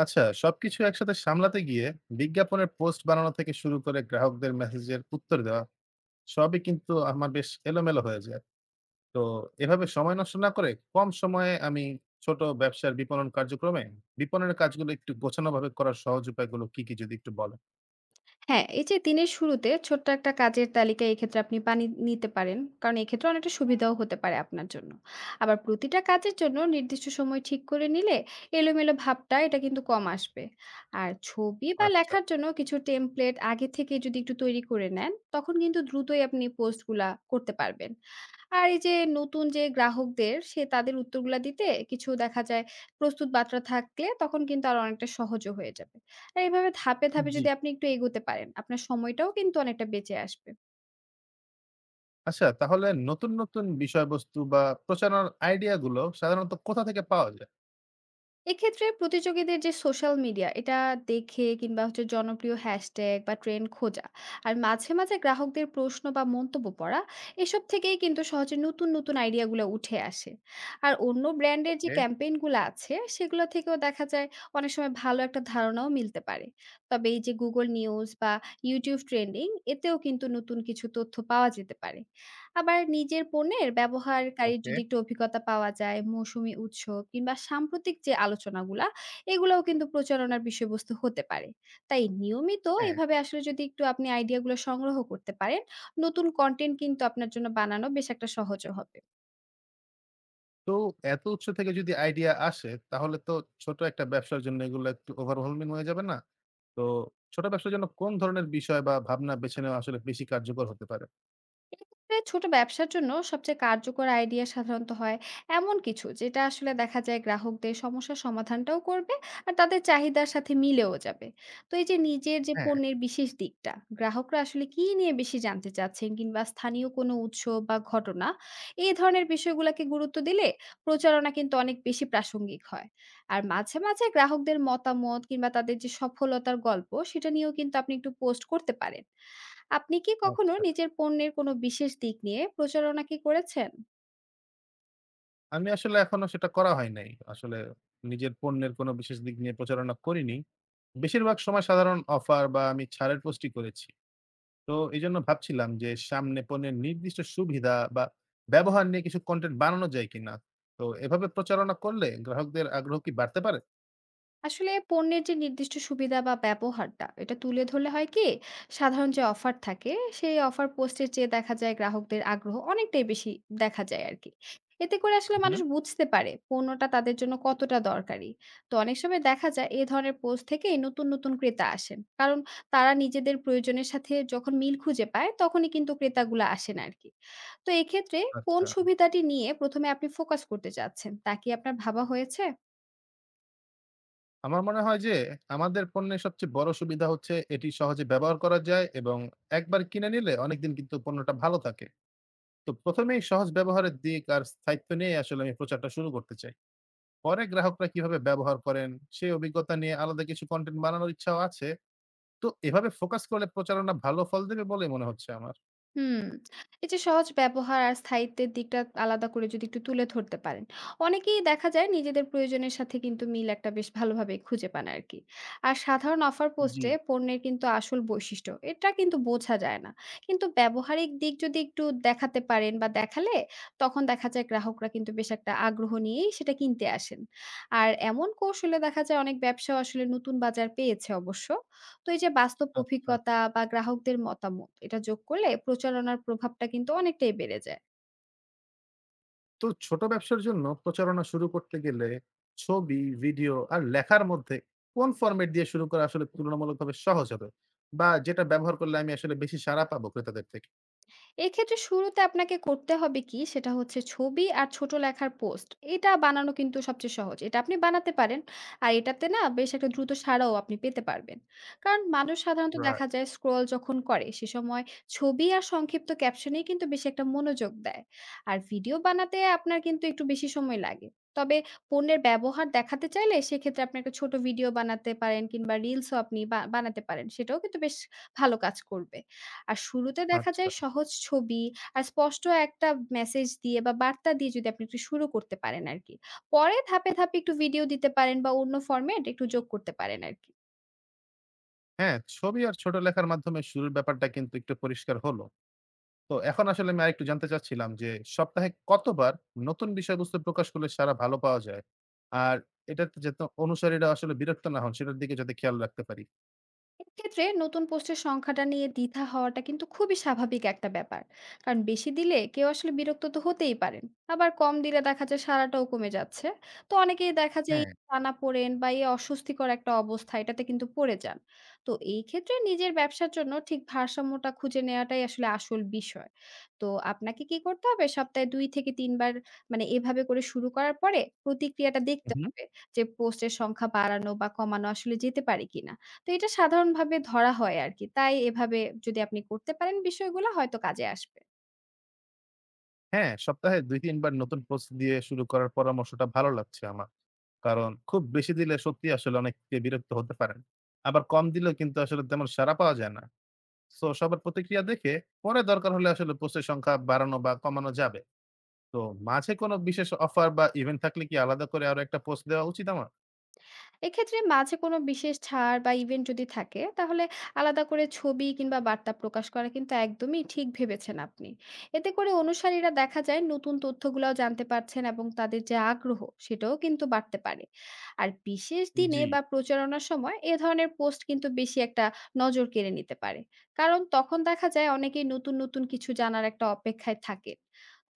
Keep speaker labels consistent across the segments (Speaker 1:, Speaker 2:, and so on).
Speaker 1: আচ্ছা, সবকিছু একসাথে সামলাতে গিয়ে বিজ্ঞাপনের পোস্ট বানানো থেকে শুরু করে গ্রাহকদের মেসেজের উত্তর দেওয়া সবই কিন্তু আমার বেশ এলোমেলো হয়ে যায়। তো এভাবে সময় নষ্ট না করে কম সময়ে আমি ছোট ব্যবসার বিপণন কার্যক্রমে বিপণনের কাজগুলো একটু গোছানো ভাবে করার সহজ উপায়গুলো কি কি যদি একটু বলেন।
Speaker 2: হ্যাঁ, এই যে দিনের শুরুতে ছোট্ট একটা কাজের তালিকায় এক্ষেত্রে আপনি পানি নিতে পারেন। কারণ এক্ষেত্রে অনেকটা সুবিধাও হতে পারে আপনার জন্য। আবার প্রতিটা কাজের জন্য নির্দিষ্ট সময় ঠিক করে নিলে এলোমেলো ভাবটা এটা কিন্তু কম আসবে। আর ছবি বা
Speaker 1: আচ্ছা।
Speaker 2: লেখার জন্য কিছু টেমপ্লেট আগে থেকে যদি একটু তৈরি করে নেন, তখন কিন্তু দ্রুতই আপনি পোস্টগুলা করতে পারবেন। আর এই যে নতুন যে গ্রাহকদের সে তাদের উত্তরগুলা দিতে কিছু দেখা যায় প্রস্তুত বার্তা থাকলে তখন কিন্তু আরো অনেকটা সহজও হয়ে যাবে। আর এভাবে ধাপে, ধাপে
Speaker 1: জি।
Speaker 2: যদি আপনি একটু এগোতে পারেন, আপনার সময়টাও কিন্তু অনেকটা বেঁচে আসবে।
Speaker 1: আচ্ছা, তাহলে নতুন নতুন বিষয়বস্তু বা প্রচারণার আইডিয়া গুলো সাধারণত কোথা থেকে পাওয়া যায়?
Speaker 2: এক্ষেত্রে প্রতিযোগীদের যে সোশ্যাল মিডিয়া, এটা দেখে কিংবা হচ্ছে জনপ্রিয় হ্যাশট্যাগ বা ট্রেন্ড খোঁজা, আর মাঝে, মাঝে গ্রাহকদের প্রশ্ন বা মন্তব্য পড়া, এসব থেকেই কিন্তু সহজে নতুন, নতুন আইডিয়াগুলো উঠে আসে। আর অন্য ব্র্যান্ডের যে
Speaker 1: ওকে।
Speaker 2: ক্যাম্পেইনগুলো আছে, সেগুলো থেকেও দেখা যায় অনেক সময় ভালো একটা ধারণাও মিলতে পারে। তবে এই যে Google নিউজ বা YouTube ট্রেন্ডিং, এতেও কিন্তু নতুন কিছু তথ্য পাওয়া যেতে পারে। আবার নিজের পণ্যের ব্যবহারকারীর
Speaker 1: ওকে।
Speaker 2: যদি একটু অভিজ্ঞতা পাওয়া যায়, মৌসুমি উৎস কিংবা সাম্প্রতিক যে আলোচনাগুলা, এগুলাও কিন্তু প্রচারণার বিষয়বস্তু হতে পারে। তাই নিয়মিত
Speaker 1: হ্যাঁ।
Speaker 2: এভাবে আসলে যদি একটু আপনি আইডিয়াগুলো সংগ্রহ করতে পারেন, নতুন কনটেন্ট কিন্তু আপনার জন্য বানানো বেশ একটা সহজও হবে।
Speaker 1: তো এত উৎস থেকে যদি আইডিয়া আসে, তাহলে তো ছোট একটা ব্যবসার জন্য এগুলো একটু overwhelming হয়ে যাবে না? তো ছোট ব্যবসার জন্য কোন ধরনের বিষয় বা ভাবনা বেছে নেওয়া আসলে বেশি কার্যকর হতে পারে?
Speaker 2: এক্ষেত্রে ছোট ব্যবসার জন্য সবচেয়ে কার্যকর আইডিয়া সাধারণত হয় এমন কিছু, যেটা আসলে দেখা যায় গ্রাহকদের সমস্যার সমাধানটাও করবে আর তাদের চাহিদার সাথে মিলেও যাবে। তো এই যে নিজের যে
Speaker 1: হ্যাঁ।
Speaker 2: পণ্যের বিশেষ দিকটা, গ্রাহকরা আসলে কি নিয়ে বেশি জানতে চাচ্ছেন কিংবা স্থানীয় কোনো উৎস বা ঘটনা, এই ধরনের বিষয়গুলোকে গুরুত্ব দিলে প্রচারণা কিন্তু অনেক বেশি প্রাসঙ্গিক হয়। আর মাঝে মাঝে গ্রাহকদের মতামত কিংবা তাদের যে সফলতার গল্প, সেটা নিয়েও কিন্তু আপনি একটু পোস্ট করতে পারেন। আপনি কি কখনো
Speaker 1: আচ্ছা।
Speaker 2: নিজের পণ্যের কোনো বিশেষ দিক নিয়ে প্রচারণা কি করেছেন?
Speaker 1: আমি আসলে এখনো সেটা করা হয় নাই। আসলে নিজের পণ্যের কোনো বিশেষ দিক নিয়ে প্রচারণা করিনি। বেশিরভাগ সময় সাধারণ অফার বা আমি ছাড়ের পোস্টই করেছি। তো এজন্য ভাবছিলাম যে সামনে পণ্যের নির্দিষ্ট সুবিধা বা ব্যবহার নিয়ে কিছু কনটেন্ট বানানো যায় কিনা? তো এভাবে প্রচারণা করলে গ্রাহকদের আগ্রহ কি বাড়তে পারে?
Speaker 2: আসলে পণ্যের যে নির্দিষ্ট সুবিধা বা ব্যবহারটা, এটা তুলে ধরলে হয় কি, সাধারণ যে অফার থাকে সেই অফার পোস্টের চেয়ে দেখা যায় গ্রাহকদের আগ্রহ অনেকটাই বেশি দেখা যায় আর কি। এতে করে আসলে
Speaker 1: হুম।
Speaker 2: মানুষ বুঝতে পারে পণ্যটা তাদের জন্য কতটা দরকারি। তো অনেক সময় দেখা যায় এই ধরনের পোস্ট থেকে নতুন নতুন ক্রেতা আসেন, কারণ তারা নিজেদের প্রয়োজনের সাথে যখন মিল খুঁজে পায় তখনই কিন্তু ক্রেতাগুলো আসেন আর কি। তো এক্ষেত্রে কোন
Speaker 1: আচ্ছা।
Speaker 2: সুবিধাটি নিয়ে প্রথমে আপনি ফোকাস করতে চাচ্ছেন, তা কি আপনার ভাবা হয়েছে?
Speaker 1: আমার মনে হয় যে আমাদের পণ্যের সবচেয়ে বড় সুবিধা হচ্ছে এটি সহজে ব্যবহার করা যায়, এবং একবার কিনে নিলে অনেকদিন কিন্তু পণ্যটা ভালো থাকে। তো ১ম এই সহজ ব্যবহারের দিক আর স্থায়িত্ব নিয়ে আসলে আমি প্রচারটা শুরু করতে চাই। পরে গ্রাহকরা কিভাবে ব্যবহার করেন সেই অভিজ্ঞতা নিয়ে আলাদা কিছু কনটেন্ট বানানোর ইচ্ছাও আছে। তো এভাবে ফোকাস করলে প্রচারণা ভালো ফল দেবে বলে মনে হচ্ছে আমার।
Speaker 2: হুম, এই যে সহজ ব্যবহার আর স্থায়িত্বের দিকটা আলাদা করে যদি একটু তুলে ধরতে পারেন, অনেকেই দেখা যায় নিজেদের প্রয়োজনের সাথে কিন্তু মিল একটা বেশ ভালোভাবে খুঁজে পান আরকি। আর সাধারণ অফার
Speaker 1: জি।
Speaker 2: পোস্টে পণ্যের কিন্তু আসল বৈশিষ্ট্য এটা কিন্তু বোঝা যায় না। কিন্তু ব্যবহারিক দিক যদি একটু দেখাতে পারেন বা দেখালে, তখন দেখা যায় গ্রাহকরা কিন্তু বেশ একটা আগ্রহ নিয়েই সেটা কিনতে আসেন। আর এমন কৌশলে দেখা যায় অনেক ব্যবসাও আসলে নতুন বাজার পেয়েছে অবশ্য। তো এই যে বাস্তব
Speaker 1: আচ্ছা।
Speaker 2: অভিজ্ঞতা বা গ্রাহকদের মতামত, এটা যোগ করলে প্রচারণার প্রভাবটা কিন্তু অনেকটাই বেড়ে যায়।
Speaker 1: তো ছোট ব্যবসার জন্য প্রচারণা শুরু করতে গেলে ছবি, ভিডিও আর লেখার মধ্যে কোন ফরম্যাট দিয়ে শুরু করা আসলে তুলনামূলকভাবে সহজ হবে? বা যেটা ব্যবহার করলে আমি আসলে বেশি সাড়া পাবো ক্রেতাদের থেকে?
Speaker 2: এক্ষেত্রে শুরুতে আপনাকে করতে হবে কি, সেটা হচ্ছে ছবি আর ছোট লেখার পোস্ট। এটা বানানো কিন্তু সবচেয়ে সহজ, এটা আপনি বানাতে পারেন। আর এটাতে না বেশ একটা দ্রুত সাড়াও আপনি পেতে পারবেন, কারণ মানুষ সাধারণত
Speaker 1: রাইট।
Speaker 2: দেখা যায় স্ক্রল যখন করে সে সময় ছবি আর সংক্ষিপ্ত ক্যাপশনেই কিন্তু বেশি একটা মনোযোগ দেয়। আর ভিডিও বানাতে আপনার কিন্তু একটু বেশি সময় লাগে। তবে পণ্যের ব্যবহার দেখাতে চাইলে সেক্ষেত্রে আপনি একটা ছোট ভিডিও বানাতে পারেন কিংবা রিলসও আপনি বানাতে পারেন, সেটাও কিন্তু বেশ ভালো কাজ করবে। আর শুরুতে দেখা
Speaker 1: আচ্ছা।
Speaker 2: যায় সহজ ছবি আর স্পষ্ট একটা মেসেজ দিয়ে বা বার্তা দিয়ে যদি আপনি একটু শুরু করতে পারেন আরকি। পরে ধাপে, ধাপে একটু ভিডিও দিতে পারেন বা অন্য ফরমেট একটু যোগ করতে পারেন আরকি।
Speaker 1: হ্যাঁ, ছবি আর ছোট লেখার মাধ্যমে শুরুর ব্যাপারটা কিন্তু একটু পরিষ্কার হলো। তো এখন আসলে আমি আরেকটু জানতে চাচ্ছিলাম যে সপ্তাহে কতবার নতুন বিষয়বস্তু প্রকাশ করলে সাড়া ভালো পাওয়া যায়? আর এটাতে যাতে অনুসারীরা আসলে বিরক্ত না হন সেটার দিকে যাতে খেয়াল রাখতে পারি।
Speaker 2: এক্ষেত্রে নতুন পোস্টের সংখ্যাটা নিয়ে দ্বিধা হওয়াটা কিন্তু খুবই স্বাভাবিক একটা ব্যাপার। কারণ বেশি দিলে কেউ আসলে বিরক্ত তো হতেই পারেন, আবার কম দিলে দেখা যায় সারাটাও কমে যাচ্ছে। তো অনেকেই দেখা যায় এই
Speaker 1: হ্যাঁ।
Speaker 2: টানা পড়েন বা এই অস্বস্তিকর একটা অবস্থা এটাতে কিন্তু পড়ে যান। তো এই ক্ষেত্রে নিজের ব্যবসার জন্য ঠিক ভারসাম্যটা খুঁজে নেওয়াটাই আসলে আসল বিষয়। তো আপনাকে কি করতে হবে, সপ্তাহে দুই থেকে তিনবার, মানে এভাবে করে শুরু করার পরে প্রতিক্রিয়াটা
Speaker 1: হু,
Speaker 2: দেখতে
Speaker 1: হু।
Speaker 2: হবে যে পোস্টের সংখ্যা বাড়ানো বা কমানো আসলে যেতে পারে কিনা। তো এটা সাধারণভাবে ধরা হয় আরকি। তাই এভাবে যদি আপনি করতে পারেন বিষয়গুলা হয়তো কাজে আসবে।
Speaker 1: হ্যাঁ, সপ্তাহে ২-৩ বার নতুন পোস্ট দিয়ে শুরু করার পরামর্শটা ভালো লাগছে আমার। কারণ খুব বেশি দিলে সত্যিই আসলে অনেকে বিরক্ত হতে পারেন। আবার কম দিলেও কিন্তু আসলে তেমন সাড়া পাওয়া যায় না। সো সবার প্রতিক্রিয়া দেখে পরে দরকার হলে আসলে পোস্টের সংখ্যা বাড়ানো বা কমানো যাবে। তো মাঝে কোনো বিশেষ অফার বা ইভেন্ট থাকলে কি আলাদা করে আরো একটা পোস্ট দেওয়া উচিত আমার?
Speaker 2: এক্ষেত্রে মাঝে কোনো বিশেষ ছাড় বা ইভেন্ট যদি থাকে, তাহলে আলাদা করে ছবি কিংবা বার্তা প্রকাশ করা কিন্তু একদমই ঠিক ভেবেছেন আপনি। এতে করে অনুসারীরা দেখা যায় নতুন তথ্যগুলাও জানতে পারছেন এবং তাদের যে আগ্রহ সেটাও কিন্তু বাড়তে পারে। আর বিশেষ দিনে
Speaker 1: জি।
Speaker 2: বা প্রচারণার সময় এ ধরনের পোস্ট কিন্তু বেশি একটা নজর কেড়ে নিতে পারে, কারণ তখন দেখা যায় অনেকেই নতুন নতুন কিছু জানার একটা অপেক্ষায় থাকে।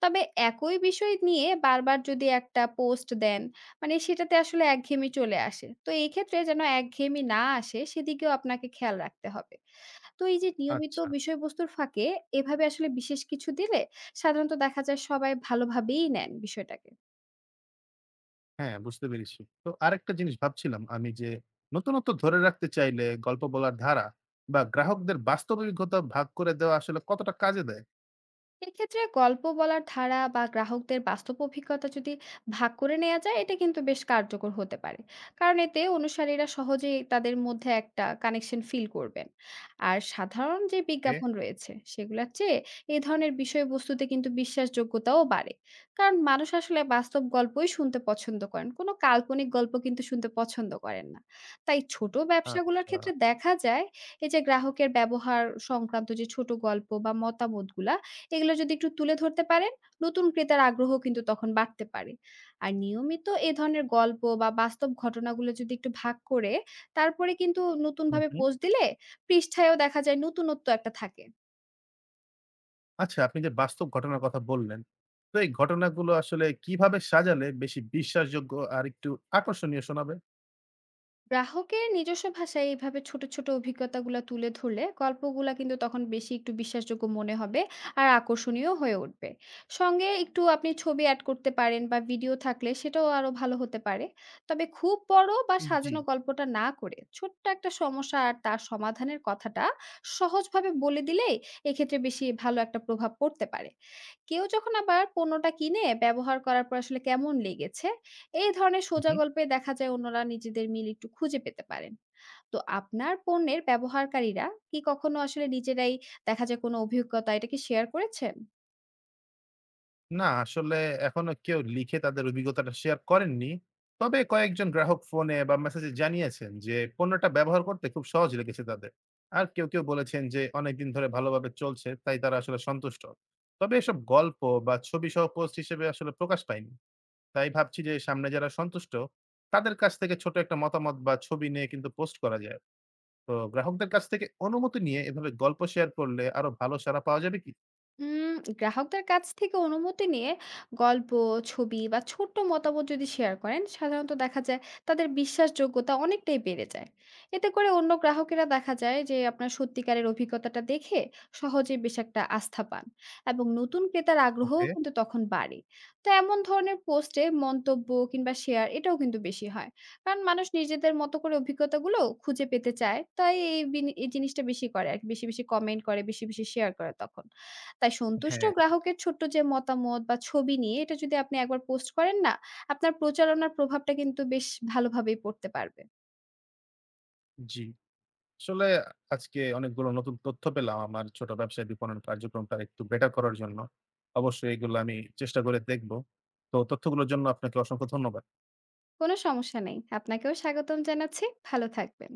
Speaker 2: তবে একই বিষয় নিয়ে বারবার যদি একটা পোস্ট দেন, মানে সেটাতে আসলে একঘেয়েমি চলে আসে। তো এই ক্ষেত্রে যেন একঘেয়েমি না আসে সেদিকেও আপনাকে খেয়াল রাখতে হবে। তো এই যে নিয়মিত
Speaker 1: আচ্ছা।
Speaker 2: বিষয়বস্তুর ফাঁকে এভাবে আসলে বিশেষ কিছু দিলে সাধারণত দেখা যায় সবাই ভালোভাবেই নেন বিষয়টাকে।
Speaker 1: হ্যাঁ, বুঝতে পেরেছি। তো আরেকটা জিনিস ভাবছিলাম আমি, যে নতুনত্ব ধরে রাখতে চাইলে গল্প বলার ধারা বা গ্রাহকদের বাস্তব অভিজ্ঞতা ভাগ করে দেওয়া আসলে কতটা কাজে দেয়?
Speaker 2: এক্ষেত্রে গল্প বলার ধারা বা গ্রাহকদের বাস্তব অভিজ্ঞতা যদি ভাগ করে নেওয়া যায়, এটা কিন্তু বেশ কার্যকর হতে পারে। কারণ এতে অনুসারীরা সহজেই তাদের মধ্যে একটা কানেকশন ফিল করবেন। আর সাধারণ যে
Speaker 1: এ।
Speaker 2: বিজ্ঞাপন রয়েছে সেগুলোর চেয়ে এই ধরনের বিষয়বস্তুতে কিন্তু বিশ্বাসযোগ্যতাও বাড়ে। কারণ মানুষ আসলে বাস্তব গল্পই শুনতে পছন্দ করেন, কোনো কাল্পনিক গল্প কিন্তু শুনতে পছন্দ করেন না। তাই ছোট ব্যবসাগুলোর
Speaker 1: আচ্ছা।
Speaker 2: ক্ষেত্রে দেখা যায় এই যে গ্রাহকের ব্যবহার সংক্রান্ত যে ছোট গল্প বা মতামতগুলা, এগুলো যদি একটু তুলে ধরতে পারেন, নতুন ক্রেতার আগ্রহ কিন্তু তখন বাড়তে পারে। আর নিয়মিত এ ধরনের গল্প বা বাস্তব ঘটনাগুলো যদি একটু ভাগ করে, তারপরে কিন্তু
Speaker 1: হুম,
Speaker 2: নতুনভাবে
Speaker 1: হুম।
Speaker 2: পোস্ট দিলে পৃষ্ঠায়ও দেখা যায় নতুনত্ব একটা থাকে।
Speaker 1: আচ্ছা, আপনি যে বাস্তব ঘটনার কথা বললেন, তো এই ঘটনাগুলো আসলে কিভাবে সাজালে বেশি বিশ্বাসযোগ্য আর একটু আকর্ষণীয় শোনাবে?
Speaker 2: গ্রাহকের নিজস্ব ভাষায় এইভাবে ছোট ছোট অভিজ্ঞতাগুলো তুলে ধরলে গল্পগুলা কিন্তু তখন বেশি একটু বিশ্বাসযোগ্য মনে হবে আর আকর্ষণীয় হয়ে উঠবে। সঙ্গে একটু আপনি ছবি অ্যাড করতে পারেন বা ভিডিও থাকলে সেটাও আরো ভালো হতে পারে। তবে খুব বড় বা
Speaker 1: জি।
Speaker 2: সাজানো গল্পটা না করে ছোট্ট একটা সমস্যা আর তার সমাধানের কথাটা সহজভাবে বলে দিলেই এক্ষেত্রে বেশি ভালো একটা প্রভাব পড়তে পারে। কেউ যখন আবার পণ্যটা কিনে ব্যবহার করার পর আসলে কেমন লেগেছে, এই ধরনের সোজা
Speaker 1: হুম।
Speaker 2: গল্পে দেখা যায় অন্যরা নিজেদের মিল একটু খুঁজে পেতে পারেন। তো আপনার পণ্যের ব্যবহারকারীরা কি কখনো আসলে নিজেরাই দেখা যায় কোনো অভিজ্ঞতা এটাকে শেয়ার করেছেন?
Speaker 1: না, আসলে এখনো কেউ লিখে তাদের অভিজ্ঞতাটা শেয়ার করেননি। তবে কয়েকজন গ্রাহক ফোনে বা মেসেজে জানিয়েছেন যে, পণ্যটা ব্যবহার করতে খুব সহজ লেগেছে তাদের। আর কেউ, কেউ বলেছেন যে, অনেকদিন ধরে ভালোভাবে চলছে, তাই তারা আসলে সন্তুষ্ট। তবে এসব গল্প বা ছবিসহ পোস্ট হিসেবে আসলে প্রকাশ পায়নি। তাই ভাবছি যে, সামনে যারা সন্তুষ্ট, তাদের কাছ থেকে ছোট একটা মতামত বা ছবি নিয়ে কিন্তু পোস্ট করা যায়। তো গ্রাহকদের কাছ থেকে অনুমতি নিয়ে এভাবে গল্প শেয়ার করলে আরো ভালো সাড়া পাওয়া যাবে কি?
Speaker 2: উম গ্রাহকদের কাছ থেকে অনুমতি নিয়ে গল্প, ছবি বা ছোট্ট মতামত যদি শেয়ার করেন, সাধারণত দেখা যায় তাদের বিশ্বাসযোগ্যতা অনেকটাই বেড়ে যায়। এতে করে অন্য গ্রাহকেরা দেখা যায় যে আপনার সত্যিকারের অভিজ্ঞতাটা দেখে সহজে বেশ একটা আস্থা পান এবং নতুন ক্রেতার আগ্রহও
Speaker 1: ওকে।
Speaker 2: কিন্তু তখন বাড়ে। তো এমন ধরনের পোস্টে মন্তব্য কিংবা শেয়ার এটাও কিন্তু বেশি হয়। কারণ মানুষ নিজেদের মতো করে অভিজ্ঞতাগুলো খুঁজে পেতে চায়। তাই এই জিনিসটা বেশি করে আরকি। বেশি, বেশি কমেন্ট করে, বেশি, বেশি শেয়ার করে তখন। তাই সন্তুষ্ট
Speaker 1: হ্যাঁ।
Speaker 2: গ্রাহকের ছোট্ট যে মতামত বা ছবি নিয়ে এটা যদি আপনি একবার পোস্ট করেন না, আপনার প্রচারণার প্রভাবটা কিন্তু বেশ ভালোভাবেই পড়তে পারবে।
Speaker 1: জি। আসলে আজকে অনেকগুলো নতুন তথ্য পেলাম আমার ছোট ব্যবসায় বিপণন কার্যক্রমটা একটু বেটার করার জন্য। অবশ্যই এগুলো আমি চেষ্টা করে দেখব। তো তথ্যগুলোর জন্য আপনাকে অসংখ্য ধন্যবাদ।
Speaker 2: কোনো সমস্যা নেই। আপনাকেও স্বাগতম জানাচ্ছি। ভালো থাকবেন।